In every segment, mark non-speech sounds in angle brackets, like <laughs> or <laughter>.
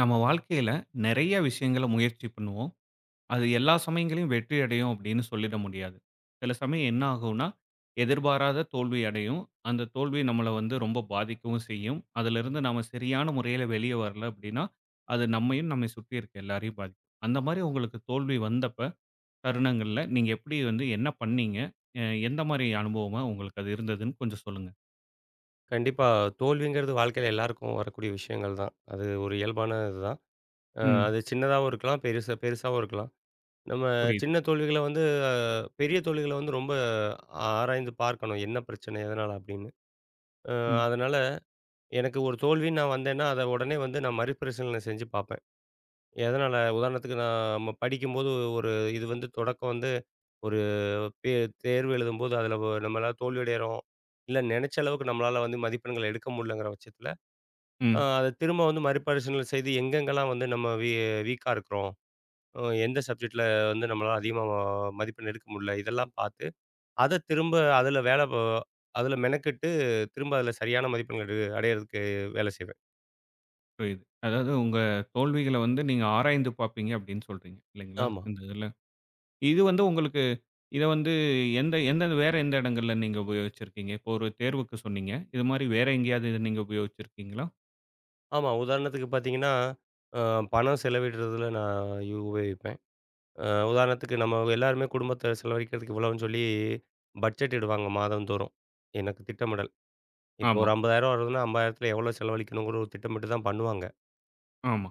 நம்ம வாழ்க்கையில நிறைய விஷயங்கள முயற்சி பண்ணுவோம். அது எல்லா சமயங்களையும் வெற்றி அடையும் அப்படின்னு சொல்லிட முடியாது. சில சமயம் என்ன ஆகும்னா, எதிர்பாராத தோல்வி அடையும். அந்த தோல்வி நம்மள வந்து ரொம்ப பாதிக்கவும் செய்யும். அதிலிருந்து நாம சரியான முறையில வெளிய வரல அப்படின்னா, அது நம்மையும் நம்மை சுற்றி இருக்க எல்லாரையும் பாதிக்கும். அந்த மாரி உங்களுக்கு தோல்வி வந்தப்ப தருணங்கள்ல நீங்க எப்படி வந்து என்ன பண்ணீங்க? அ எந்த மாரி அனுபவமா உங்களுக்கு அது இருந்ததுன்னு கொஞ்சம் சொல்லுங்க. கண்டிப்பா. தோல்விங்கிறது வாழ்க்கையில எல்லாருக்கும் வரக்கூடிய விஷயங்கள் தான். அது ஒரு இயல்பான இதுதான். ம். அது சின்னதாவும் இருக்கலாம், பெருசா பெருசாவும் இருக்கலாம். நம்ம புரியுது. சின்ன தோல்விகள வந்து அ பெரிய தோல்விகள வந்து ரொம்ப ஆராய்ந்து பார்க்கணும். என்ன பிரச்சனை? எதனால? அப்படின்னு. அ ம். அதனால எனக்கு ஒரு தோல்வின்னு நான் வந்தேன்னா, அத உடனே வந்து நான் மறுபரிசீலனை செஞ்சு பார்ப்பேன். எதனால? உதாரணத்துக்கு நாம படிக்கும்போது ஒரு இது வந்து தொடக்கம் வந்து ஒரு பே தேர்வு எழுதும்போது அதில நம்மளால தோல்வி அடையிறோம். இல்ல நெனைச்ச அளவுக்கு நம்மளால வந்து மதிப்பெண்கள் எடுக்க முடியலங்கிற பட்சத்தில ம். அத திரும்ப வந்து மறுபரிசீலனை செய்து எங்கெங்கெல்லாம் வந்து நம்ம வீக்கா இருக்கிறோம். அ எந்த சப்ஜெக்ட்ல வந்து நம்மளால அதிகமா மதிப்பெண் எடுக்க முடியல. இதெல்லாம் பார்த்து, அத திரும்ப அதுல வேல ப அதுல மெனக்கெட்டு திரும்ப அதுல சரியான மதிப்பெண்கள் அடையறதுக்கு வேல செய்வேன். புரியுது. அதாவது உங்க தோல்விகள வந்து நீங்க ஆராய்ந்து பார்ப்பீங்க அப்டின்னு சொல்றீங்க இல்லைங்களா? ஆமா. இந்த இதுல. இது வந்து உங்களுக்கு இத வந்து எந்த எந்த வேற எந்த இடங்கள்ல நீங்க உபயோகிச்சிருக்கீங்க? இப்போ ஒரு தேர்வுக்கு சொன்னீங்க. இது மாரி வேற எங்கேயாவது இத நீங்க உபயோகிச்சிருக்கீங்களா? ஆமா. உதாரணத்துக்கு பார்த்தீங்கன்னா, அ பணம் செலவிடுறதுல நான் உபயோகிப்பேன். அ உதாரணத்துக்கு நம்ம எல்லாருமே குடும்பத்த செலவழிக்கிறதுக்கு இவ்வளவுன்னு சொல்லி பட்ஜெட் இடுவாங்க மாதந்தோறும். எனக்கு திட்டமிடல். இப்போ ஆமா, ஒரு ரூ. 50,000 வருதுன்னா, 50,000த்துல எவ்வளோ செலவழிக்கணுங்கிற ஒரு திட்டமிட்டு தான் பண்ணுவாங்க. ஆமா.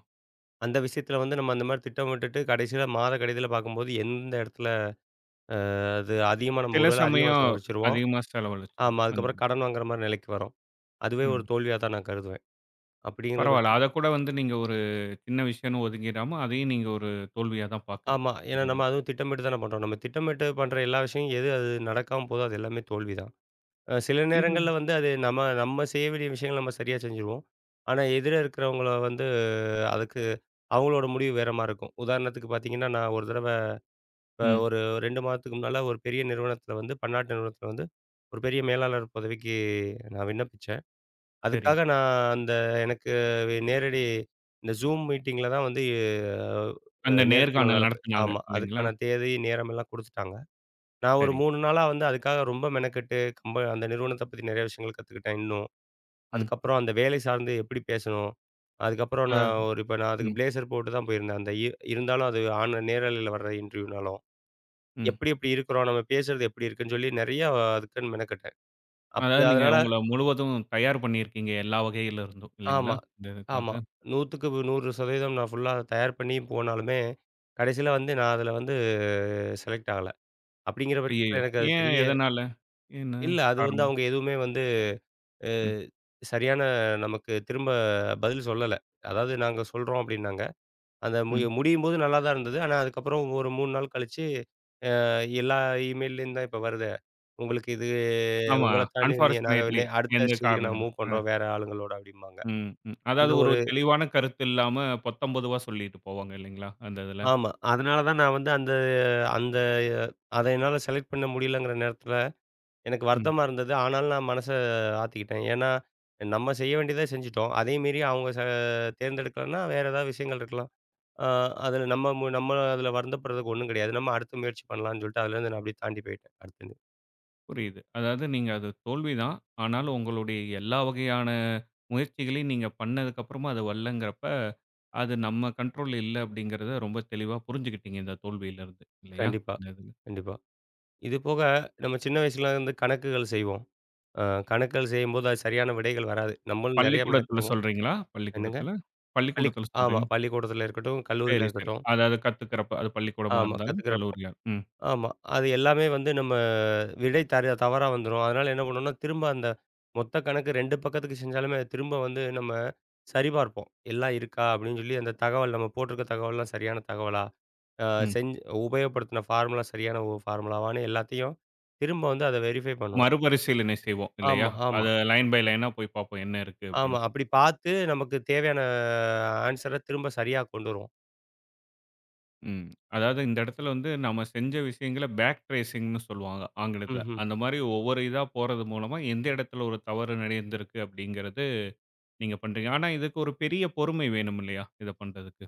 அந்த விஷயத்துல வந்து நம்ம அந்த மாரி திட்டமிட்டுட்டு மாத கடைசியில பார்க்கும்போது எந்த இடத்துல அ அது அதிகமா நம்ம சில ஒரு வேளை அதிகமா சமயம் செலவழிச்சிருவோம். அதிகமா ஆமா. செலவழிச்சுருவோம். அந்த அதுக்கப்புறம் மாரி. கடன் வாங்குற மாரி நிலைக்கு வரோம். அதுவே ஒரு ம். தோல்வியா தான் நான் கருதுவேன். அப்படிங்கிற பரவால்ல. அத பட்சத்துல கூட வந்து நீங்க ஒரு சின்ன விஷயம்னு ஒதுங்கிடாம, அதையும் நீங்க ஒரு தோல்வியா தான் பார்க்குறீங்க. ஆமா. இந்த ஏன்னா இதுல. நம்ம அதுவும் திட்டமிட்டு தானே பண்றோம். நம்ம திட்டமிட்டு பண்ற எல்லா விஷயம் எது அது நடக்காம போதோ அது எல்லாமே தோல்வி தான். சில நேரங்கள்ல இது வந்து அது நம்ம நம்ம செய்ய வேண்டிய விஷயங்கள நம்ம சரியா செஞ்சுருவோம். ஆனா எதிர இருக்கிறவங்கள வந்து அதுக்கு அவங்களோட முடிவு வேற மாரி இருக்கும். உதாரணத்துக்கு பார்த்தீங்கன்னா, நான் ஒரு தடவ ம். ஒரு 2 மாதத்துக்கு முன்னால ஒரு பெரிய நிறுவனத்தில வந்து பன்னாட்டு நிறுவனத்தில வந்து, ஒரு பெரிய மேலாளர் பதவிக்கு நான் விண்ணப்பிச்சேன். சரி. அதுக்காக நான் அந்த எனக்கு நேரடி இந்த Zoom மீட்டிங்கில தான் வந்து அந்த நேர்காணல் நேர்காணல் நடத்து நடத்துனாங்க ஆமா. இல்லைங்களா? அதுக்கான தேதி, நேரம் எல்லாம் குடுத்துட்டாங்க. நான் ஒரு சரி. 3 நாளா வந்து அதுக்காக ரொம்ப மெனக்கெட்டு அந்த நிறுவனத்த பத்தி நிறைய விஷயங்கள் கத்துக்கிட்டேன் இன்னும். ம். அதுக்கப்புறம் அந்த வேலை சார்ந்து எப்படி பேசணும்? அதுக்கப்புறம் அதாவது நான் ஒரு இப்ப நான் அதுக்கு ம், பிளேசர் போட்டு தான் போயிருந்தேன். அந்த இருந்தாலும் அது ஆன் நேரலையில வர்ற இன்டர்வியூனாலும். ம். எப்படி எப்படி இருக்கிறோம்? நம்ம பேசுறது எப்படி இருக்குன்னு சொல்லி நெறையா அதுக்குன்னு மெனக்கெட்டேன். அப்ப அதாவது நீங்க அதனால உங்கள முழுவதும் தயார் பண்ணியிருக்கீங்க எல்லா வகையில இருந்தும் இல்லைங்களா? ஆமா, இந்த இதுக்காக. ஆமா. 100க்கு 100% நான் ஃபுல்லா தயார் பண்ணி போனாலுமே, கடைசியில வந்து நான் அதில வந்து செலக்ட் ஆகல. அப்படிங்கிற ஐயய்யோ! பட்சத்தில எனக்கு அது ஏன் பெரிய எதனால? என்ன இல்ல அது வந்து காரணம்? அவங்க எதுவுமே வந்து அ ம், சரியான நமக்கு திரும்ப பதில் சொல்லல. அதாவது நாங்க சொல்றோம் அப்படின்னாங்க. அந்த ம். முடியும்போது நல்லா தான் இருந்தது. ஆனா அதுக்கப்புறம் ஒரு 3 நாள் கழிச்சு, அ எல்லா இமெயில்லேயும் தான் இப்ப வருது. உங்களுக்கு இது ஆமா. உங்கள தாண்டி நாங்க அன்பார்ச்சுனேட்லி அடுத்த எந்த ஸ்டேஜ்க்கு நாங்க காரணங்களும் மூவ் பண்றோம் வேற ஆளுங்களோட அப்டிம்பாங்க. ம், ம். அந்த அதாவது ஒரு ஒரு தெளிவான கருத்து இல்லாம பொத்தம் பொதுவா சொல்லிட்டு போவாங்க இல்லைங்களா? அந்த இதுல. ஆமா. அதனால தான் நான் வந்து அந்த அந்த அத என்னால செலக்ட் பண்ண முடியலங்கிற நேரத்தில எனக்கு ம். வருத்தமா இருந்தது. ஆனாலும் நான் மனச ஆத்திக்கிட்டேன். ஏன்னா, நம்ம செய்ய வேண்டியத செஞ்சுட்டோம். அதே மீறி அவங்க தேர்ந்தெடுக்கலன்னா வேற ஏதாவது விஷயங்கள் இருக்கலாம். அ அதில நம்ம அதில வருந்தப்படுறதுக்கு ஒண்ணும் கிடையாது. நம்ம அடுத்து முயற்சி பண்ணலான்னு சொல்லிட்டு அதுலேருந்து நான் அப்படியே தாண்டி போயிட்டேன். அடுத்தது. புரியுது. அதாவது நீங்க அது தோல்விதான். ஆனாலும் உங்களுடைய எல்லா வகையான முயற்சிகளையும் நீங்க பண்ணதுக்கு அப்புறமா அது வரலங்கிறப்ப, அது நம்ம கண்ட்ரோல்ல இல்ல அப்படிங்கிறத ரொம்ப தெளிவா புரிஞ்சுக்கிட்டீங்க இந்த தோல்வியில இருந்து. இல்லையா? கண்டிப்பா, இந்த இது. கண்டிப்பா. இது போக நம்ம சின்ன வயசுல இருந்து கணக்குகள் செய்வோம். அ கணக்குகள் செய்யும்போது அது சரியான விடைகள் வராது. நம்மளும் நெறைய பள்ளிக்கூடத்துல மெனக்கிடுவோம். சொல்றீங்களா? என்னங்க? பள்ளிக்கூடத்துல? பள்ளிக்கூடத்துல ஆமா. சொல்றீங்க. பள்ளிக்கூடத்தில இருக்கட்டும், சரி, கல்லூரியில சரி. இருக்கட்டும். அதாவது கத்துக்கிறப்ப, அது பள்ளிக்கூடமா ஆமா. இருந்தாலும், கத்துக்கிறப்போ. கல்லூரியா ம், ஆமா. அது எல்லாமே வந்து நம்ம விடை தர தவறா வந்துரும். அதனால என்ன பண்ணுவோம்னா, திரும்ப அந்த மொத்த கணக்கு 2 பக்கத்துக்கு செஞ்சாலுமே, அது திரும்ப வந்து நம்ம சரிபார்ப்போம். எல்லாம் இருக்கா? அப்படின்னு சொல்லி அந்த தகவல் நம்ம போட்டிருக்க தகவல்லாம் சரியான தகவலா? அ ம். செஞ்சு உபயோகப்படுத்தின ஃபார்முலா சரியான ஃபார்முலாவான்னு எல்லாத்தையும் திரும்ப வந்து அத வெரிஃபை பண்ணுவோம். மறுபரிசீலனை செய்வோம் இல்லையா? ஆமா, அத ஆமா. லைன் பை லைனா போய் பார்ப்போம். என்ன இருக்கு ஆமா. அப்படின்னு சொல்லி. அப்படி பார்த்து நமக்கு தேவையான ஆன்ஸர திரும்ப சரியா கொண்டு வருவோம். ம். அதாவது இந்த இடத்துல வந்து நம்ம செஞ்ச விஷயங்கள பேக் ட்ரேசிங்ன்னு சொல்லுவாங்க ஆங்கிலத்துல. ம்ஹ்ம். அந்த மாரி ஒவ்வொரு இதா போறது மூலமா எந்த இடத்துல ஒரு தவறு நடந்திருக்கு அப்படிங்கிறது நீங்க பண்றீங்க. ஆனா இதுக்கு ஒரு பெரிய பொறுமை வேணும் இல்லையா? இத பண்றதுக்கு.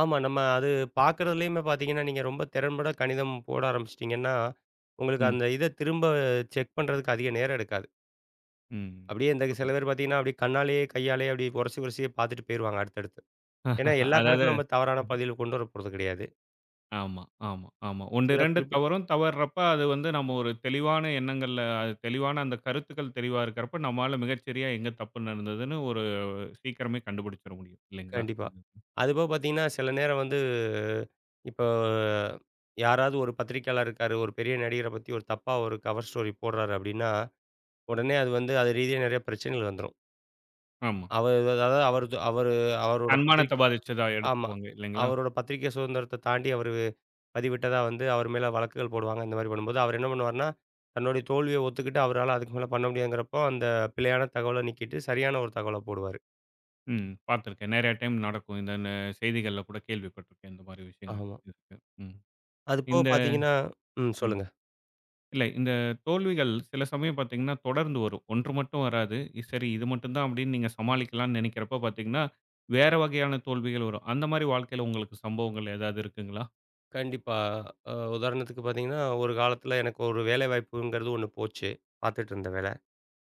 ஆமா. நம்ம அது பார்க்கறதுலயுமே பார்த்தீங்கன்னா, நீங்க ரொம்ப திறன்பட கணிதம் போட ஆரம்பிச்சுட்டீங்கன்னா, உங்களுக்கு ம், அந்த இத திரும்ப செக் பண்றதுக்கு அதிக நேரம் எடுக்காது. ம். அப்படியே இந்த சில புரியுது. பேர் பார்த்தீங்கன்னா, அப்படியே கண்ணாலேயே, கையாலேயே அப்படி உரசி உரசியே பார்த்துட்டு போயிருவாங்க அடுத்தடுத்து. ஏன்னா <laughs> எல்லா அதாவது கணக்கும் நம்ம தவறான பதில் கொண்டு வரப்போறது கிடையாது. ஆமா, ஆமா, ஆமா. 1, சில 2 குறிப்பிட்ட தவறும். தவறுறப்ப அது வந்து நம்ம ஒரு தெளிவான எண்ணங்கள்ல அது தெளிவான அந்த கருத்துக்கள் தெளிவா இருக்கிறப்ப, நம்மால மிகச்சரியா எங்க தப்பு நடந்ததுன்னு ஒரு சீக்கிரமே கண்டுபிடிச்சிட முடியும். இல்லைங்களா? கண்டிப்பா. ம். அதுபோக பார்த்தீங்கன்னா, சில நேரம் வந்து இப்போ யாராவது ஒரு பத்திரிக்கையாளர் இருக்காரு, ஒரு பெரிய நடிகர பத்தி ஒரு தப்பா ஒரு கவர் ஸ்டோரி போடுறாரு அப்டின்னா, உடனே அது வந்து அது ரீதியா நெறைய பிரச்சனைகள் வந்துரும். ஆமா. அதாவது அவரது அவரு அவரோட தன்மானத்த பத்திரிக்கை பாதிச்சதா ஆமா. எடுத்துக்குவாங்க. இல்லைங்களா? அவரோட பத்திரிக்கை சுதந்திரத்த தாண்டி அவரு பதிவிட்டதா வந்து அவர் மேல வழக்குகள் போடுவாங்க. இந்த மாரி பண்ணும்போது அவர் என்ன பண்ணுவாருன்னா, தன்னுடைய தோல்விய ஒத்துக்கிட்டு அவரால அதுக்கு மேல பண்ண முடியாதுங்கிறப்போ, அந்த பிழையான தகவல நீக்கிட்டு சரியான ஒரு தகவல போடுவாரு. ம். பார்த்துருக்கேன். நெறைய டைம் நடக்கும். இந்த ந செய்திகள்ல கூட கேள்விப்பட்டுருக்கேன். இந்த மாரி விஷயங்கள் ஆமா. இருக்கு. ம். அதுபோக இந்த பார்த்தீங்கன்னா ம். சொல்லுங்க. இல்ல. இந்த தோல்விகள் சில சமயம் பார்த்தீங்கன்னா, தொடர்ந்து வரும். ஒன்று மட்டும் வராது. சரி இது மட்டும் தான் அப்படின்னு நீங்க சமாளிக்கலாம்னு நெனைக்கிறப்ப பார்த்தீங்கன்னா, வேற வகையான தோல்விகள் வரும். அந்த மாரி வாழ்க்கையில உங்களுக்கு சம்பவங்கள் ஏதாவது இருக்குங்களா? கண்டிப்பா. உதாரணத்துக்கு பார்த்தீங்கன்னா, ஒரு காலத்தில எனக்கு ஒரு வேலைவாய்ப்புங்கிறது ஒண்ணு போச்சு. பார்த்துட்டு இருந்த வேலை.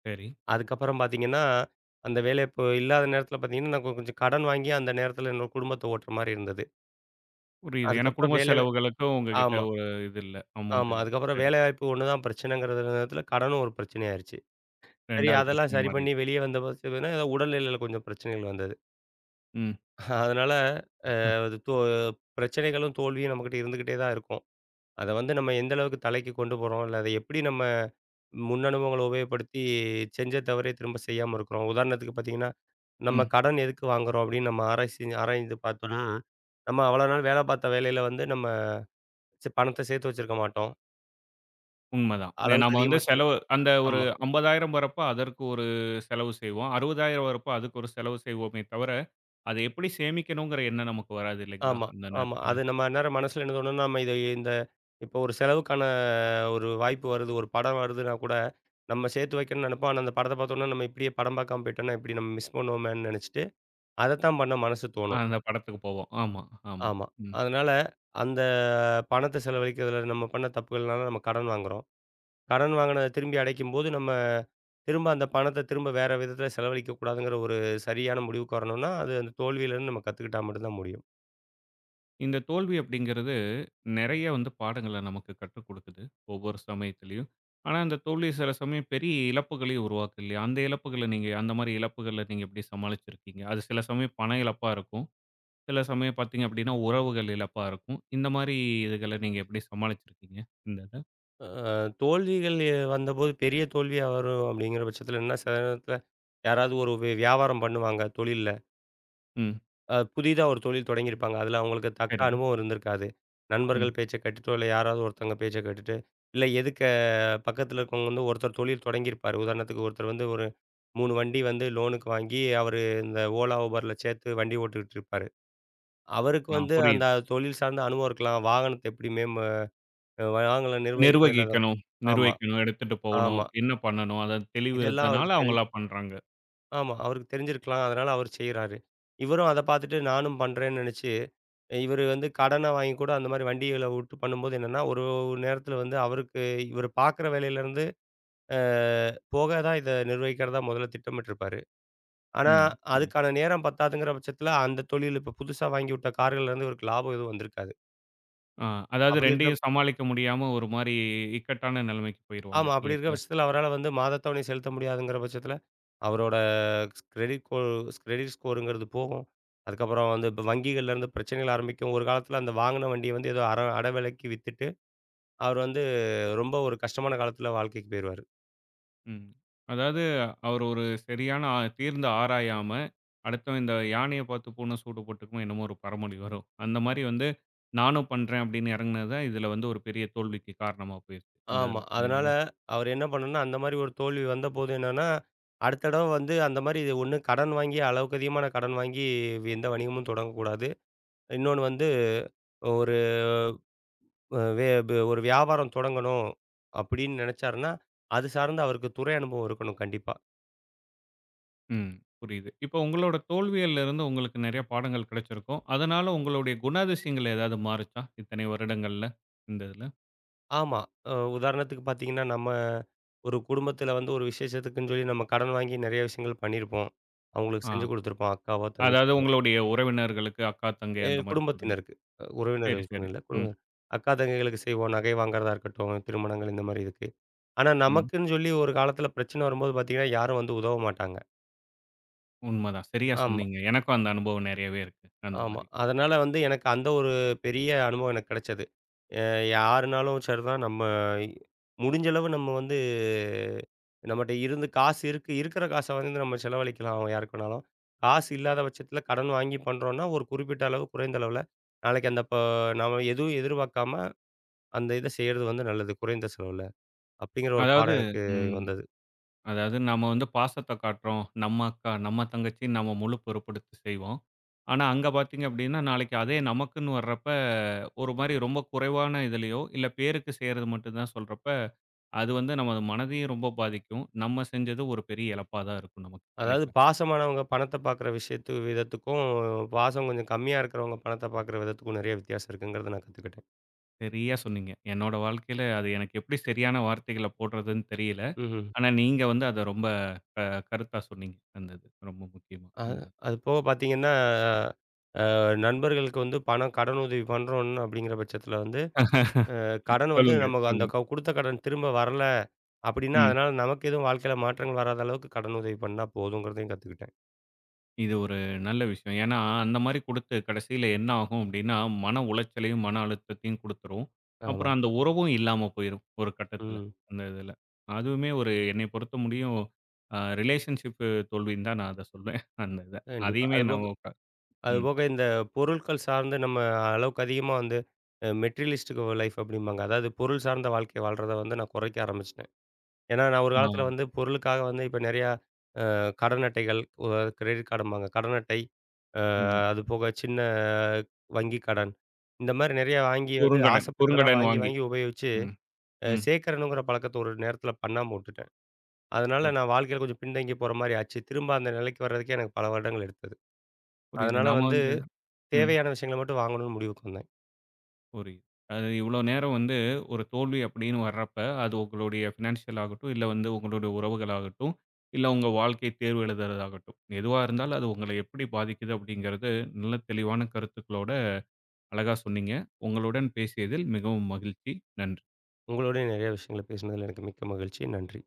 சரி. அதுக்கப்புறம் பார்த்தீங்கன்னா, அந்த வேலை இப்போ இல்லாத நேரத்தில பார்த்தீங்கன்னா, நான் கொஞ்சம் கடன் வாங்கி அந்த நேரத்தில என்னோட குடும்பத்த ஓட்டுற மாரி இருந்தது. புரியுது. ஏன்னா அதுக்கப்புறம் குடும்ப வேலை செலவுகளுக்கும் உங்ககிட்ட ஆமா, ஒரு இது இல்ல. அமௌண்ட் ஆமா. இல்ல. அதுக்கப்புறம் சரி. வேலைவாய்ப்பு ஒண்ணு தான் பிரச்சனைங்கிறது நேரத்தில கடனும் ஒரு பிரச்சனையாயிருச்சு. சரி 2வது அதெல்லாம் பிரச்சனை சரி மாறி. பண்ணி வெளிய வந்த பார்த்தீங்கன்னா, ஏதோ உடல்நிலையில கொஞ்சம் பிரச்சனைகள் வந்தது. ம். அதனால அது தோ பிரச்சனைகளும், தோல்வியும் நம்மகிட்ட இருந்துகிட்டே தான் இருக்கும். அத வந்து நம்ம எந்த அளவுக்கு தலைக்கு கொண்டு போறோம். இல்ல அத எப்படி நம்ம முன் அனுபவங்கள உபயோகப்படுத்தி செஞ்ச தவறே திரும்ப செய்யாம இருக்கிறோம். உதாரணத்துக்கு பார்த்தீங்கன்னா, நம்ம ம். கடன் எதுக்கு வாங்குறோம் அப்படின்னு நம்ம ஆராய்ந்து பார்த்தோம்னா, நம்ம அவ்வளோ நாள் வேலை பார்த்த வேலையில வந்து நம்ம பணத்த சேர்த்து வச்சிருக்க மாட்டோம். உண்மதான். அளவுக்கு நாம வந்து அதிகமா செலவு செலவு அந்த ஒரு ஆமா, 50,000 வரப்ப அதற்கு ஒரு செலவு செய்வோம். 60,000 வரப்ப அதுக்கு ஒரு செலவு செய்வோமே தவிர, அத எப்படி சேமிக்கணுங்கிற எண்ணம் நமக்கு வராது இல்லைங்களா? ஆமா, அந்த ஆமா. நேரத்துல. அது நம்ம அந்நேரம் மனசுல என்ன தோணும்னா, நம்ம இந்த இப்போ ஒரு செலவுக்கான ஒரு வாய்ப்பு வருது, ஒரு படம் வருதுன்னா கூட நம்ம சேர்த்து வைக்கணும்னு நினைப்போம். ஆனா அந்த படத்த பார்த்தோம்னா, நம்ம இப்படியே படம் பார்க்காம போயிட்டோம்னா, எப்படி நம்ம மிஸ் பண்ணுவோமேன்னு நினைச்சிட்டு, அதத்தான் பண்ண மனசு தோணும். அந்த படத்துக்கு போவோம். ஆமா, ஆமா. ஆமா. ம். அதனால அந்த பணத்த செலவழிக்கிறதுல நம்ம பண்ண தப்புகள்னால நம்ம கடன் வாங்குறோம். கடன் வாங்குனத திரும்பி அடைக்கும்போது, நம்ம திரும்ப அந்த பணத்த திரும்ப வேற விதத்துல செலவழிக்கக்கூடாதுங்கிற ஒரு சரியான முடிவுக்கு வரணும்னா, அது அந்த தோல்வியிலேருந்து நம்ம கத்துக்கிட்டா மட்டும் தான் முடியும். இந்த தோல்வி அப்படிங்கிறது நெறைய வந்து பாடங்கள நமக்கு கற்றுக் குடுக்குது. ஒவ்வொரு சமயத்திலயும். ஆனா, அந்த தோல்வி சில சமயம் பெரிய இழப்புகளையும் உருவாக்கும் இல்லையா? அந்த இழப்புகள நீங்க அந்த மாரி இழப்புகள நீங்க எப்படி சமாளிச்சிருக்கீங்க? அது சில சமயம் பண இழப்பா இருக்கும். சில சமயம் பார்த்தீங்க அப்படின்னா, உறவுகள் இழப்பா இருக்கும். இந்த மாரி இதுகள நீங்க எப்படி சமாளிச்சிருக்கீங்க? இந்த இத. அ தோல்விகள் வந்தபோது பெரிய தோல்வியா வரும் அப்படிங்கிற பட்சத்துல என்ன சில நேரத்துல யாராவது ஒரு வியாபாரம் பண்ணுவாங்க தொழில்ல. ம். புதிதா ஒரு தொழில் தொடங்கியிருப்பாங்க. அதுல அவங்களுக்கு தக்க சரி. அனுபவம் இருந்திருக்காது. ம். நண்பர்கள் பேச்ச கேட்டுட்டோ, இல்ல யாராவது ஒருத்தவங்க பேச்ச கேட்டுட்டு, இல்ல எதுக்க பக்கத்துல இருக்கவங்க வந்து ஒருத்தர் தொழில் தொடங்கியிருப்பாரு. உதாரணத்துக்கு ஒருத்தர் வந்து ஒரு 3 வண்டி வந்து லோனுக்கு வாங்கி, அவரு இந்த Ola, Uberல சேர்த்து வண்டி ஓட்டிக்கிட்டு இருப்பாரு. அவருக்கு ஆ வந்து அந்த புரியுது. தொழில் சார்ந்த அனுபவம் இருக்கலாம். வாகனத்த எப்படி வாகனம் நிர்வகிக்கணும். நிர்வகிக்கணும் ஆமா, நிர்வகிக்கணும். எடுத்துட்டு போகணும். ஆமா. என்ன பண்ணணும்? அத தெளிவு இதெல்லாம் இருந்தனால அவருக்கு தெரிஞ்சு அவங்களா பண்றாங்க. ஆமா. அவருக்கு தெரிஞ்சிருக்கலாம். அதனால அவரு செய்றாரு. இவரும் அத பார்த்துட்டு நானும் பண்றேன்னு நெனச்சு, இவரு வந்து கடன வாங்கி கூட அந்த மாரி வண்டிகள விட்டு பண்ணும்போது என்னன்னா, ஒரு நேரத்தில வந்து அவருக்கு இவரு பார்க்குற வேலையிலேருந்து அ போக தான் இத நிர்வகிக்கிறதா முதல்ல திட்டமிட்டிருப்பாரு. ஆனா, ம். புரியுது. அதுக்கான நேரம் பத்தாதுங்கிற பட்சத்தில அந்த தொழில் இப்ப புதுசா வாங்கி விட்ட கார்கள்லேருந்து இவருக்கு லாபம் எதுவும் வந்திருக்காது. ஆ, அதாவது அப்படி இருக்கிற 2யும் சமாளிக்க முடியாம ஒரு மாரி இக்கட்டான நிலைமைக்கு போயிருவாங்க ஆமா. அப்படி இருக்கிற இல்லைங்களா? பட்சத்தில அவரால வந்து மாதத்தவணை செலுத்த முடியாதுங்கிற பட்சத்தில, அவரோட கிரெடிட் கோ கிரெடிட் ஸ்கோருங்கிறது போகும். அதுக்கப்புறம் வந்து இப்ப வங்கிகள்லேருந்து பிரச்சனைகள் ஆரம்பிக்கும். ஒரு காலத்தில அந்த வாங்கின வண்டிய வந்து ஏதோ அட விலைக்கு வித்துட்டு, அவர் வந்து ரொம்ப ஒரு கஷ்டமான காலத்தில வாழ்க்கைக்கு போயிருவாரு. ம். அதாவது அவர் ஒரு சரியான தீர்ந்த ஆராயாம, அடுத்தவன் இந்த யானைய பார்த்து பூனை சூடு போட்டுக்குமோ என்னமோ ஒரு பழமொழி வரும். அந்த மாரி வந்து நானும் பண்றேன் அப்படின்னு இறங்குனது தான் இதுல வந்து ஒரு பெரிய தோல்விக்கு காரணமா போயிருச்சு. இந்த ஆமா. இதுல அதனால இல்லைங்களா? அவர் என்ன பண்ணணும்னா, அந்த மாரி ஒரு தோல்வி வந்தபோது என்னன்னா, அடுத்த தடவ வந்து அந்த மாரி ஒண்ணு கடன் வாங்கி அளவுக்கு அதிகமான கடன் வாங்கி எந்த வணிகமும் தொடங்கக்கூடாது. இன்னொன்னு வந்து ஒரு அ வே ப ஒரு வியாபாரம் தொடங்கணும் அப்படின்னு நினைச்சாருன்னா, அது சார்ந்து அவருக்கு துறை அனுபவம் இருக்கணும் கண்டிப்பா. ம். புரியுது. இப்போ உங்களோட தோல்விகள்ல இருந்து உங்களுக்கு நெறைய பாடங்கள் கிடைச்சிருக்கும். அதனால உங்களுடைய குணாதிசயங்கள் ஏதாவது மாறுச்சா? இத்தனை வருடங்கள்ல இந்த இதுல? ஆமா. உதாரணத்துக்கு பார்த்தீங்கன்னா, நம்ம ஒரு குடும்பத்தில வந்து ஒரு விசேஷத்துக்குன்னு சொல்லி நம்ம கடன் வாங்கி நிறைய விஷயங்கள் பண்ணியிருப்போம். அவங்களுக்கு ஆ. செஞ்சு கொடுத்துருப்போம். அக்காவோ, அதாவது தங்கச்சியோ உங்களுடைய உறவினர்களுக்கு அக்கா, தங்கை அந்த மாரி சொல்றீங்க. குடும்பத்தினருக்கு. சரி, சரி. உறவினர்களுக்குன்னு இல்ல. ம், அக்கா, தங்கைகளுக்கு செய்வோம். நகை வாங்குறதா இருக்கட்டும், திருமணங்கள் இந்த மாரி இதுக்கு. ஆனா, ம். நமக்குன்னு சொல்லி ஒரு காலத்தில பிரச்சனை வரும்போது பார்த்தீங்கன்னா, யாரும் வந்து உதவ மாட்டாங்க. உண்மதான். சரியா ஆமா. சொன்னீங்க. எனக்கும் அந்த அனுபவம் நெறையவே இருக்கு. அந்த ஆமா. மாரி. அதனால வந்து எனக்கு அந்த ஒரு பெரிய அனுபவம் எனக்கு கிடைச்சது. அ யாருனாலும் சரிதான் நம்ம முடிஞ்ச அளவு நம்ம வந்து நம்மட்ட இருந்து காசு இருக்கு. இருக்கிற காச வந்து நம்ம செலவழிக்கலாம் அவன் யாருக்கு வேணாலும். காசு இல்லாத பட்சத்தில கடன் வாங்கி பண்றோம்னா, ஒரு குறிப்பிட்ட அளவு குறைந்த அளவுல நாளைக்கு அந்த நம்ம எதுவும் எதிர்பார்க்காம அந்த இத செய்றது வந்து நல்லது. குறைந்த செலவுல. அப்படிங்கிற ஒரு அதாவது பாடம் எனக்கு ம். வந்தது. அதாவது நாம வந்து பாசத்த காட்டுறோம். நம்ம அக்கா, நம்ம தங்கச்சி நம்ம முழு பொறுப்பெடுத்து செய்வோம். ஆனா அங்க பார்த்தீங்க அப்டின்னா, நாளைக்கு அதே நமக்குன்னு வர்றப்ப, ஒரு மாரி ரொம்ப குறைவான இதுலயோ, இல்ல பேருக்கு செய்றது மட்டும் தான் சொல்றப்ப, அது வந்து நமது மனதையும் ரொம்ப பாதிக்கும். நம்ம செஞ்சது ஒரு பெரிய இழப்பா தான் இருக்கும் நமக்கு. அதாவது இல்லைங்களா? பாசமானவங்க பணத்த பார்க்குற விதத்துக்கும், பாசம் கொஞ்சம் கம்மியா இருக்கிறவங்க பணத்த பார்க்குற விதத்துக்கும் நெறைய வித்தியாசம் இருக்குங்கிறத நான் கத்துக்கிட்டேன். சரியா சொன்னீங்க. என்னோட வாழ்க்கையில அது எனக்கு எப்படி சரியான வார்த்தைகள போடுறதுன்னு தெரியல. ம்ஹ்ம். ஆனா, நீங்க வந்து அத ரொம்ப க கருத்தா சொன்னீங்க. அந்த இது ரொம்ப முக்கியமா. அ இந்த அது போக பார்த்தீங்கன்னா, நண்பர்களுக்கு வந்து பணம் கடனுதவி பண்றோம் அப்படிங்கிற பட்சத்தில வந்து, கடன் வந்து சொல்லுங்க, நமக்கு அந்த சொல்லுங்க. குடுத்த கடன் திரும்ப வரல அப்படின்னா, ம். அதனால நமக்கு எதுவும் வாழ்க்கையில மாற்றங்கள் வராத அளவுக்கு கடனுதவி பண்ணா போதுங்கிறதையும் கத்துக்கிட்டேன். இது ஒரு நல்ல விஷயம். ஏன்னா, அந்த மாரி குடுத்து கடைசியில என்ன ஆகும் அப்படின்னா, மன உளைச்சலையும், மன அழுத்தத்தையும் குடுத்துரும். ஆமா. அப்புறம் அந்த உறவும் இல்லாம போயிரும் ஒரு கட்டத்தில. ம். அந்த இதில. அதுவுமே ஒரு என்னைய பொறுத்த முடியும் ரிலேஷன்ஷிப் தோல்வின்னு தான் நான் அத சொல்வேன். அந்த இத. கண்டிப்பா. அதையுமே அதுபோக நம்ம க ம். அதுபோக இந்த பொருட்கள் சார்ந்து நம்ம அளவுக்கு அதிகமா வந்து மெட்டீரியலிஸ்டிக் லைஃப் அப்படிம்பாங்க. அதாவது பொருள் சார்ந்த வாழ்க்கை வாழ்றத வந்து நான் குறைக்க ஆரம்பிச்சுட்டேன். ஏன்னா நான் ஒரு ஆ. காலத்தில வந்து பொருளுக்காக வந்து இப்ப நெறையா கடன் அட்டைகள், கிரெடிட் கார்டும்பாங்க. கடன் அட்டை, அ ம். அது போக சின்ன வங்கி கடன். இந்த மாரி நெறையா வாங்கி வந்து குறுங்கடன், ஆசைப்பட்டதெல்லாம் குறுங்கடன் வாங்கி, வாங்கி வாங்கி உபயோகிச்சு ம், ம். சேர்க்கணுங்கிற பழக்கத்த ஒரு நேரத்தில பண்ணாம உட்டுட்டேன். அதனால புரியுது, நான் வாழ்க்கையில கொஞ்சம் பின்தங்கி போற மாரி ஆச்சு. திரும்ப அந்த நிலைக்கு வர்றதுக்கே எனக்கு பல வருடங்கள் எடுத்தது. புரியுது. அதனால நாம வந்து வந்து ம். தேவையான விஷயங்கள மட்டும் வாங்கணும்னு முடிவுக்கு வந்தேன். புரியுது. அது இவ்வளோ நேரம் வந்து ஒரு தோல்வி அப்படின்னு வர்றப்ப, அது உங்களுடைய ஃபினான்ஷியல் ஆகட்டும், இல்ல வந்து உங்களுடைய உறவுகளாகட்டும், இல்ல உங்க வாழ்க்கை தேர்வு எழுதுறதாகட்டும், எதுவா இருந்தாலும் அது உங்கள எப்படி பாதிக்குது அப்படிங்கிறது நல்ல தெளிவான கருத்துக்களோட அழகா சொன்னீங்க. உங்களுடன் பேசியதில் மிகவும் மகிழ்ச்சி. நன்றி. உங்களோடயும் நிறைய விஷயங்கள பேசினதில எனக்கு மிக்க மகிழ்ச்சி. நன்றி.